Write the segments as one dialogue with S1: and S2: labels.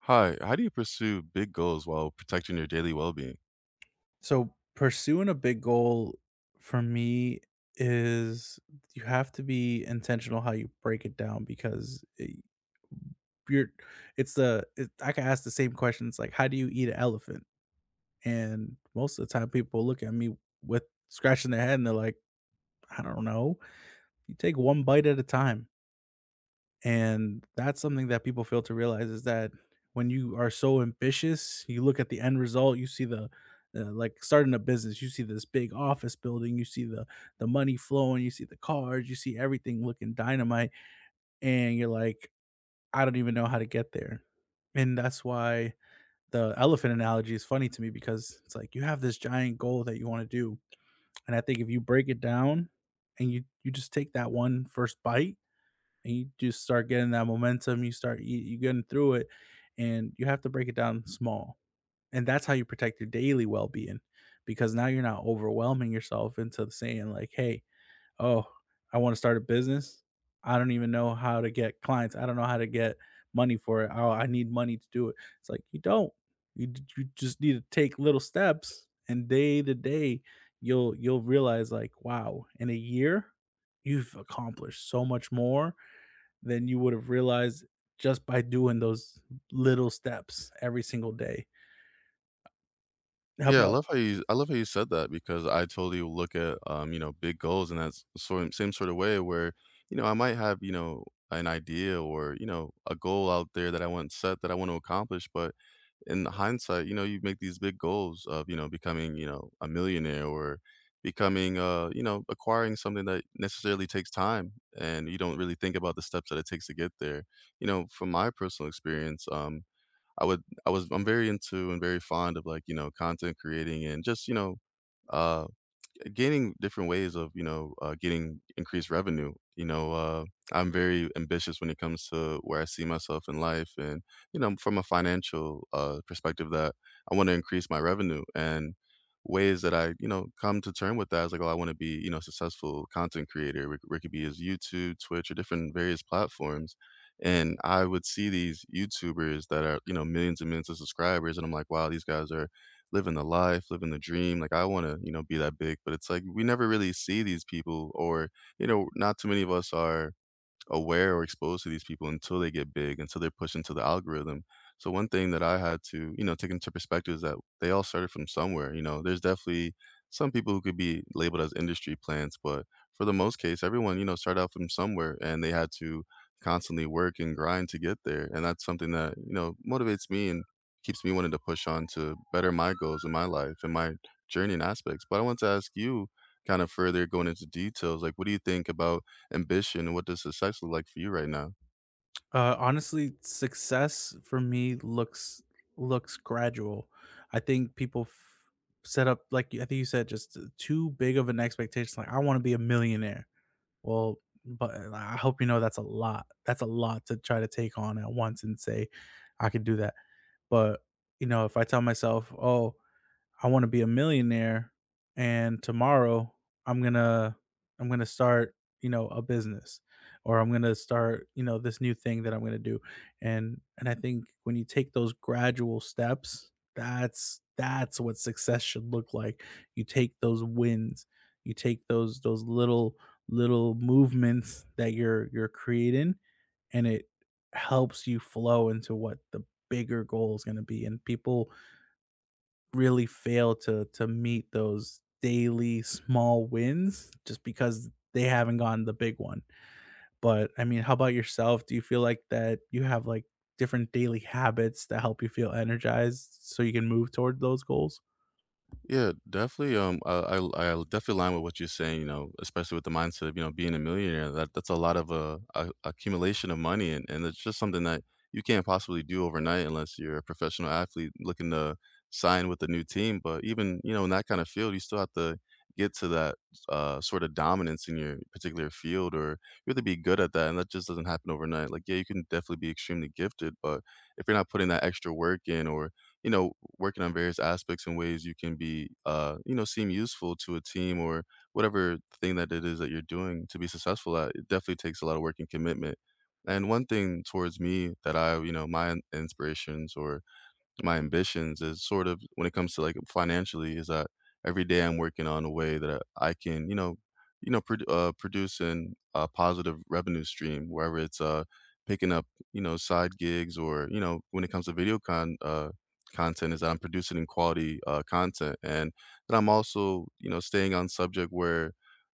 S1: Hi, how do you pursue big goals while protecting your daily well-being?
S2: So pursuing a big goal for me is you have to be intentional how you break it down because it, you're it's the it, I can ask the same question. It's like how do you eat an elephant? And most of the time people look at me with scratching their head and they're like, I don't know. You take one bite at a time. And that's something that people fail to realize is that when you are so ambitious, you look at the end result, you see the like starting a business, you see this big office building, you see the money flowing, you see the cars, you see everything looking dynamite and you're like, I don't even know how to get there. And that's why the elephant analogy is funny to me because it's like you have this giant goal that you want to do. And I think if you break it down and you just take that one first bite and you just start getting that momentum. You getting through it, and you have to break it down small, and that's how you protect your daily well being, because now you're not overwhelming yourself into saying like, "Hey, oh, I want to start a business. I don't even know how to get clients. I don't know how to get money for it. Oh, I need money to do it." It's like you don't. You just need to take little steps, and day to day, you'll realize like, wow, in a year, you've accomplished so much more than you would have realized just by doing those little steps every single day. How
S1: Yeah, I
S2: about
S1: love how you I love how you said that because I totally look at you know, big goals in that sort same sort of way where, you know, I might have, you know, an idea or, you know, a goal out there that I want set that I want to accomplish, but in hindsight, you know, you make these big goals of, you know, becoming, you know, a millionaire or becoming you know, acquiring something that necessarily takes time and you don't really think about the steps that it takes to get there. You know, from my personal experience, I was I'm very into and very fond of, like, you know, content creating and just, you know, uh gaining different ways of, you know, getting increased revenue. You know, I'm very ambitious when it comes to where I see myself in life, and you know, from a financial perspective, that I want to increase my revenue and ways that I, you know, come to term with that is like, oh, I want to be, you know, a successful content creator. Where it could be as YouTube, Twitch, or different various platforms. And I would see these YouTubers that are, you know, millions and millions of subscribers, and I'm like, wow, these guys are living the life, living the dream. Like I want to, you know, be that big, but it's like we never really see these people or, you know, not too many of us are aware or exposed to these people until they get big, until they're pushed into the algorithm. So one thing that I had to, you know, take into perspective is that they all started from somewhere. You know, there's definitely some people who could be labeled as industry plants, but for the most case, everyone, you know, started out from somewhere and they had to constantly work and grind to get there. And that's something that, you know, motivates me and keeps me wanting to push on to better my goals in my life and my journey and aspects. But I want to ask you kind of further going into details, like what do you think about ambition? What does success look like for you right now?
S2: Honestly, success for me looks gradual. I think people f- Set up like I think you said just too big of an expectation. Like I want to be a millionaire. Well, but I hope you know that's a lot. That's a lot to try to take on at once and say, I can do that. But, you know, if I tell myself, oh, I want to be a millionaire and tomorrow I'm going to I'm going to start, you know, a business or I'm going to start, you know, this new thing that I'm going to do. And I think when you take those gradual steps, that's what success should look like. You take those wins, you take those little movements that you're creating and it helps you flow into what the bigger goal is going to be and people really fail to meet those daily small wins just because they haven't gotten the big one. But I mean, how about yourself? Do you feel like that you have like different daily habits that help you feel energized so you can move toward those goals?
S1: Yeah, definitely. I definitely align with what you're saying. You know, especially with the mindset of you know being a millionaire. That's a lot of a accumulation of money, and it's just something that you can't possibly do overnight unless you're a professional athlete looking to sign with a new team. But even you know in that kind of field, you still have to get to that sort of dominance in your particular field, or you have to be good at that, and that just doesn't happen overnight. Like, yeah, you can definitely be extremely gifted, but if you're not putting that extra work in, or you know, working on various aspects and ways you can be, you know, seem useful to a team or whatever thing that it is that you're doing to be successful at. It definitely takes a lot of work and commitment. And one thing towards me that I, you know, my inspirations or my ambitions is sort of when it comes to, like, financially is that every day I'm working on a way that I can, you know, produce an a positive revenue stream, wherever it's, picking up, you know, side gigs or, you know, when it comes to video con content is that I'm producing in quality, content, and that I'm also, you know, staying on subject where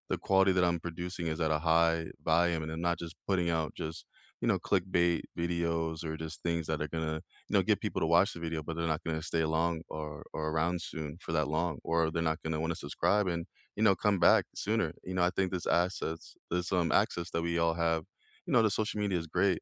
S1: the quality that I'm producing is at a high volume, and I'm not just putting out just, you know, clickbait videos or just things that are gonna you know, get people to watch the video, but they're not gonna stay along or around soon for that long, or they're not gonna wanna subscribe and, you know, come back sooner. You know, I think this, access that we all have, you know, the social media is great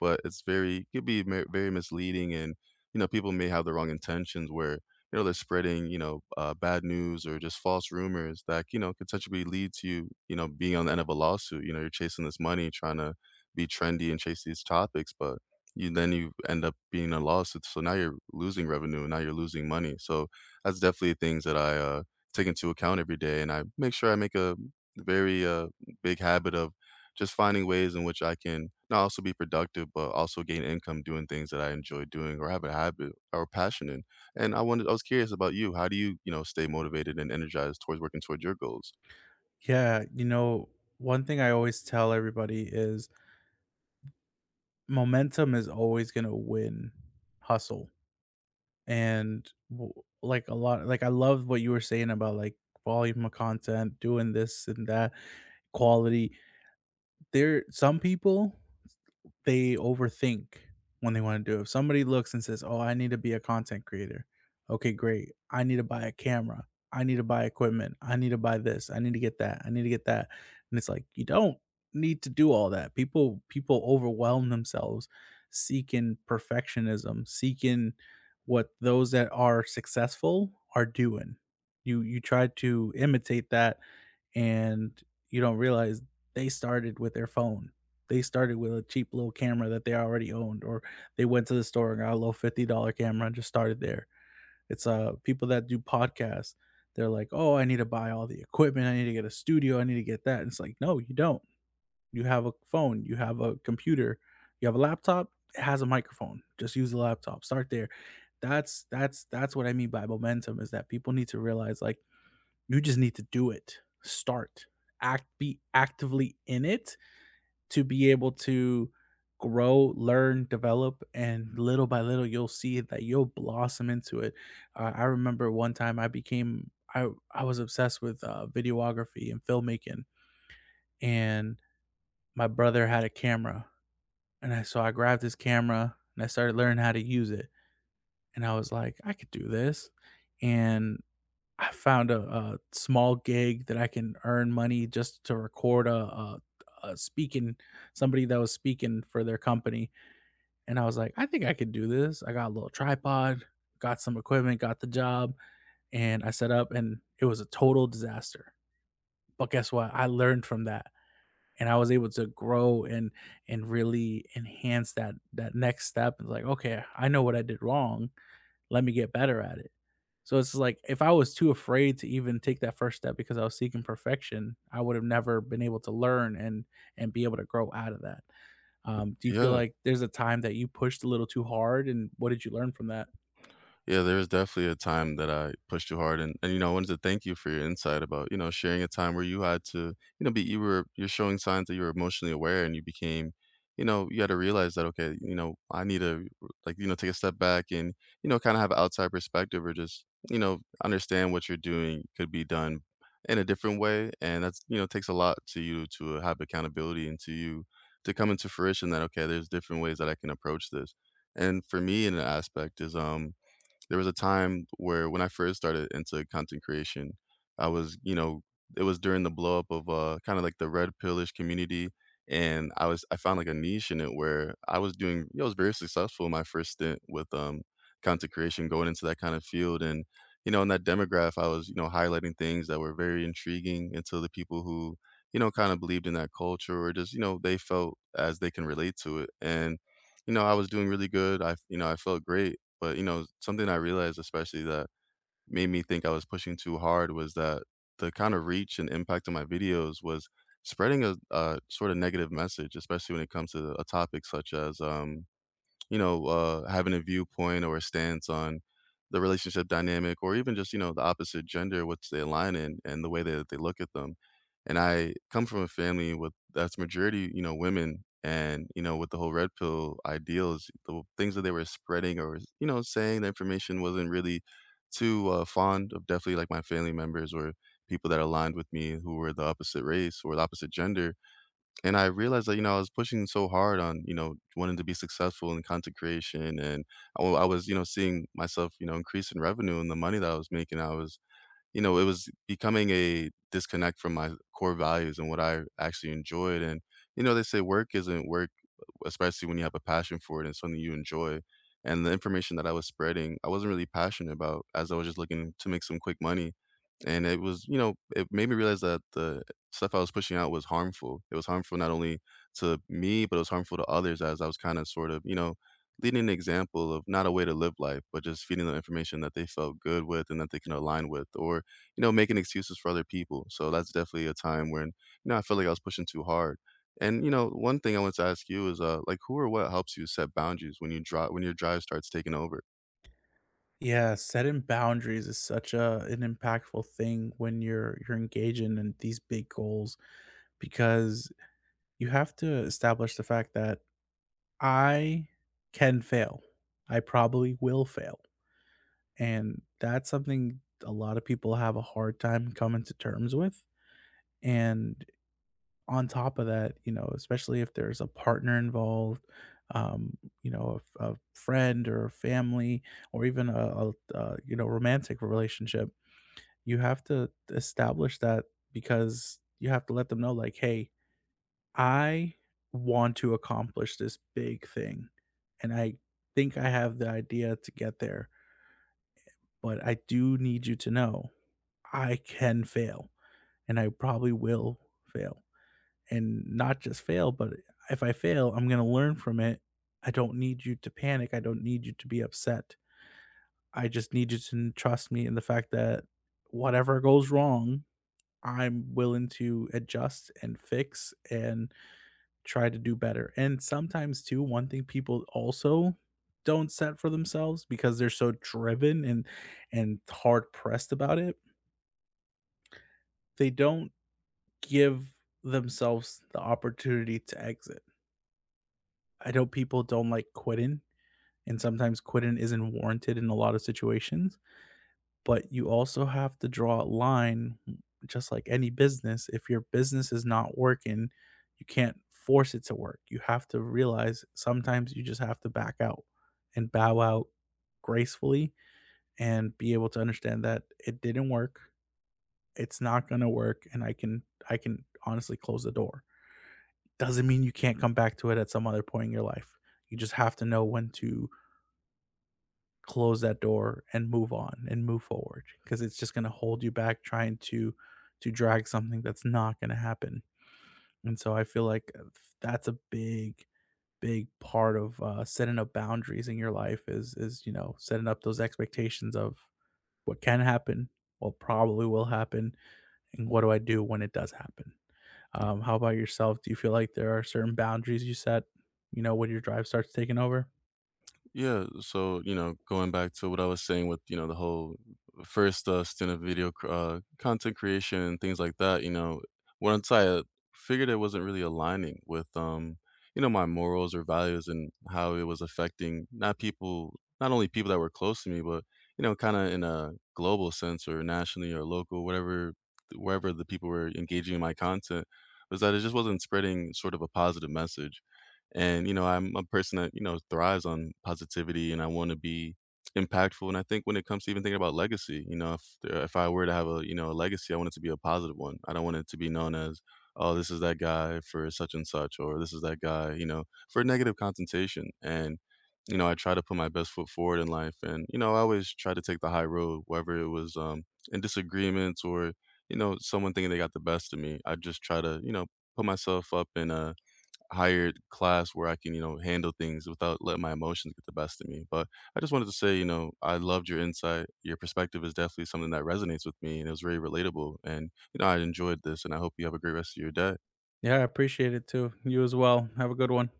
S1: but it's very could be very misleading, and you know people may have the wrong intentions where you know they're spreading you know bad news or just false rumors that you know could potentially lead to you you know being on the end of a lawsuit. You know you're chasing this money, trying to be trendy and chase these topics, but you then you end up being in a lawsuit. So now you're losing revenue, and now you're losing money. So that's definitely things that I take into account every day, and I make sure I make a very big habit of just finding ways in which I can not also be productive, but also gain income doing things that I enjoy doing or have a habit or passion in. And I was curious about you. How do you, you know, stay motivated and energized towards working towards your goals?
S2: Yeah, you know, one thing I always tell everybody is momentum is always going to win hustle. And w- like a lot, like I love what you were saying about like volume of content, doing this and that, quality. There some people, they overthink when they wanna do it. If somebody looks and says, "Oh, I need to be a content creator." Okay, great. I need to buy a camera. I need to buy equipment. I need to buy this. I need to get that. I need to get that. And it's like, you don't need to do all that. People overwhelm themselves seeking perfectionism, seeking what those that are successful are doing. You try to imitate that and you don't realize they started with their phone. They started with a cheap little camera that they already owned, or they went to the store and got a little $50 camera and just started there. It's People that do podcasts. They're like, oh, I need to buy all the equipment. I need to get a studio. I need to get that. And it's like, no, you don't. You have a phone. You have a computer. You have a laptop. It has a microphone. Just use the laptop. Start there. That's what I mean by momentum is that people need to realize like you just need to do it. Start. Act Be actively in it to be able to grow, learn, develop, and little by little you'll see that you'll blossom into it. I remember one time I became I was obsessed with videography and filmmaking, and my brother had a camera, and I so I grabbed his camera and I started learning how to use it, and I was like, I could do this, and I found a small gig that I can earn money just to record a speaking somebody that was speaking for their company, and I was like, I think I could do this. I got a little tripod, got some equipment, got the job, and I set up, and it was a total disaster. But guess what? I learned from that, and I was able to grow and really enhance that next step. And like, okay, I know what I did wrong. Let me get better at it so it's like if I was too afraid to even take that first step because I was seeking perfection, I would have never been able to learn and be able to grow out of that. Do you feel
S1: Yeah.
S2: like there's a time that you pushed a little too hard, and what did you learn from that?
S1: Yeah, there was definitely a time that I pushed too hard and, you know, I wanted to thank you for your insight about, you know, sharing a time where you had to, you know, be you're showing signs that you were emotionally aware and you became, you know, you had to realize that, okay, you know, I need to like, you know, take a step back and, you know, kind of have an outside perspective or just, you know, understand what you're doing could be done in a different way. And that's, you know, takes a lot to you to have accountability and to come into fruition that, okay, there's different ways that I can approach this. And for me, in an aspect is, there was a time where when I first started into content creation, I was, you know, it was during the blow up of kind of like the red pillish community. And I found like a niche in it where I was doing you know, I was very successful in my first stint with content creation going into that kind of field. And, you know, in that demographic I was, you know, highlighting things that were very intriguing into the people who, you know, kind of believed in that culture or just, you know, they felt as they can relate to it. And you know, I was doing really good. You know, I felt great. But, you know, something I realized especially that made me think I was pushing too hard was that the kind of reach and impact of my videos was spreading a sort of negative message, especially when it comes to a topic such as you know, having a viewpoint or a stance on the relationship dynamic or even just, you know, the opposite gender, which they align in and the way that they look at them. And I come from a family with that's majority, you know, women. And, you know, with the whole red pill ideals, the things that they were spreading or, you know, saying the information wasn't really too fond of definitely like my family members or people that aligned with me who were the opposite race or the opposite gender and I realized that, you know, I was pushing so hard on, you know, wanting to be successful in content creation and I was, you know, seeing myself, you know, increase in revenue and the money that I was making, I was you know, it was becoming a disconnect from my core values and what I actually enjoyed. And, you know, they say work isn't work, especially when you have a passion for it and something you enjoy. And the information that I was spreading, I wasn't really passionate about as I was just looking to make some quick money. And it was, you know, it made me realize that the stuff I was pushing out was harmful. It was harmful not only to me, but it was harmful to others as I was kind of sort of, you know, leading an example of not a way to live life, but just feeding them information that they felt good with and that they can align with, or you know, making excuses for other people. So that's definitely a time when, you know, I feel like I was pushing too hard. And you know, one thing I want to ask you is, like, who or what helps you set boundaries when your drive starts taking over?
S2: Yeah, setting boundaries is such a an impactful thing when you're engaging in these big goals because you have to establish the fact that I can fail. I probably will fail. And that's something a lot of people have a hard time coming to terms with. And on top of that, you know, especially if there's a partner involved, you know, a friend or a family, or even you know romantic relationship, you have to establish that because you have to let them know, like, hey, I want to accomplish this big thing, and I think I have the idea to get there, but I do need you to know I can fail and I probably will fail. And not just fail, but if I fail, I'm going to learn from it. I don't need you to panic. I don't need you to be upset. I just need you to trust me in the fact that whatever goes wrong, I'm willing to adjust and fix and try to do better. And sometimes, too, one thing people also don't set for themselves because they're so driven and hard pressed about it they don't give themselves the opportunity to exit. I know people don't like quitting, and sometimes quitting isn't warranted in a lot of situations, but you also have to draw a line, just like any business. If your business is not working, you can't force it to work. You have to realize sometimes you just have to back out and bow out gracefully and be able to understand that it didn't work. It's not going to work and I can honestly close the door. Doesn't mean you can't come back to it at some other point in your life. You just have to know when to close that door and move on and move forward because it's just going to hold you back trying to drag something that's not going to happen. And so I feel like that's a big big part of setting up boundaries in your life is you know setting up those expectations of what can happen, what probably will happen, and what do I do when it does happen? How about yourself? Do you feel like there are certain boundaries you set, you know, when your drive starts taking over?
S1: Yeah, so, you know, going back to what I was saying with, you know, the whole first, stint of video cr content creation and things like that, you know, once I, figured it wasn't really aligning with, you know, my morals or values and how it was affecting not only people that were close to me, but, you know, kinda in a global sense or nationally or local, whatever wherever the people were engaging in my content, was that it just wasn't spreading sort of a positive message. And, you know, I'm a person that, you know, thrives on positivity and I want to be impactful. And I think when it comes to even thinking about legacy, you know, if I were to have a, you know, a legacy, I want it to be a positive one. I don't want it to be known as, oh, this is that guy for such and such, or this is that guy, you know, for negative connotation. And, you know, I try to put my best foot forward in life. And, you know, I always try to take the high road, whether it was in disagreements or, you know, someone thinking they got the best of me. I just try to, you know, put myself up in a higher class where I can, you know, handle things without letting my emotions get the best of me. But I just wanted to say, you know, I loved your insight. Your perspective is definitely something that resonates with me and it was very relatable. And, you know, I enjoyed this and I hope you have a great rest of your day.
S2: Yeah, I appreciate it too. You as well. Have a good one.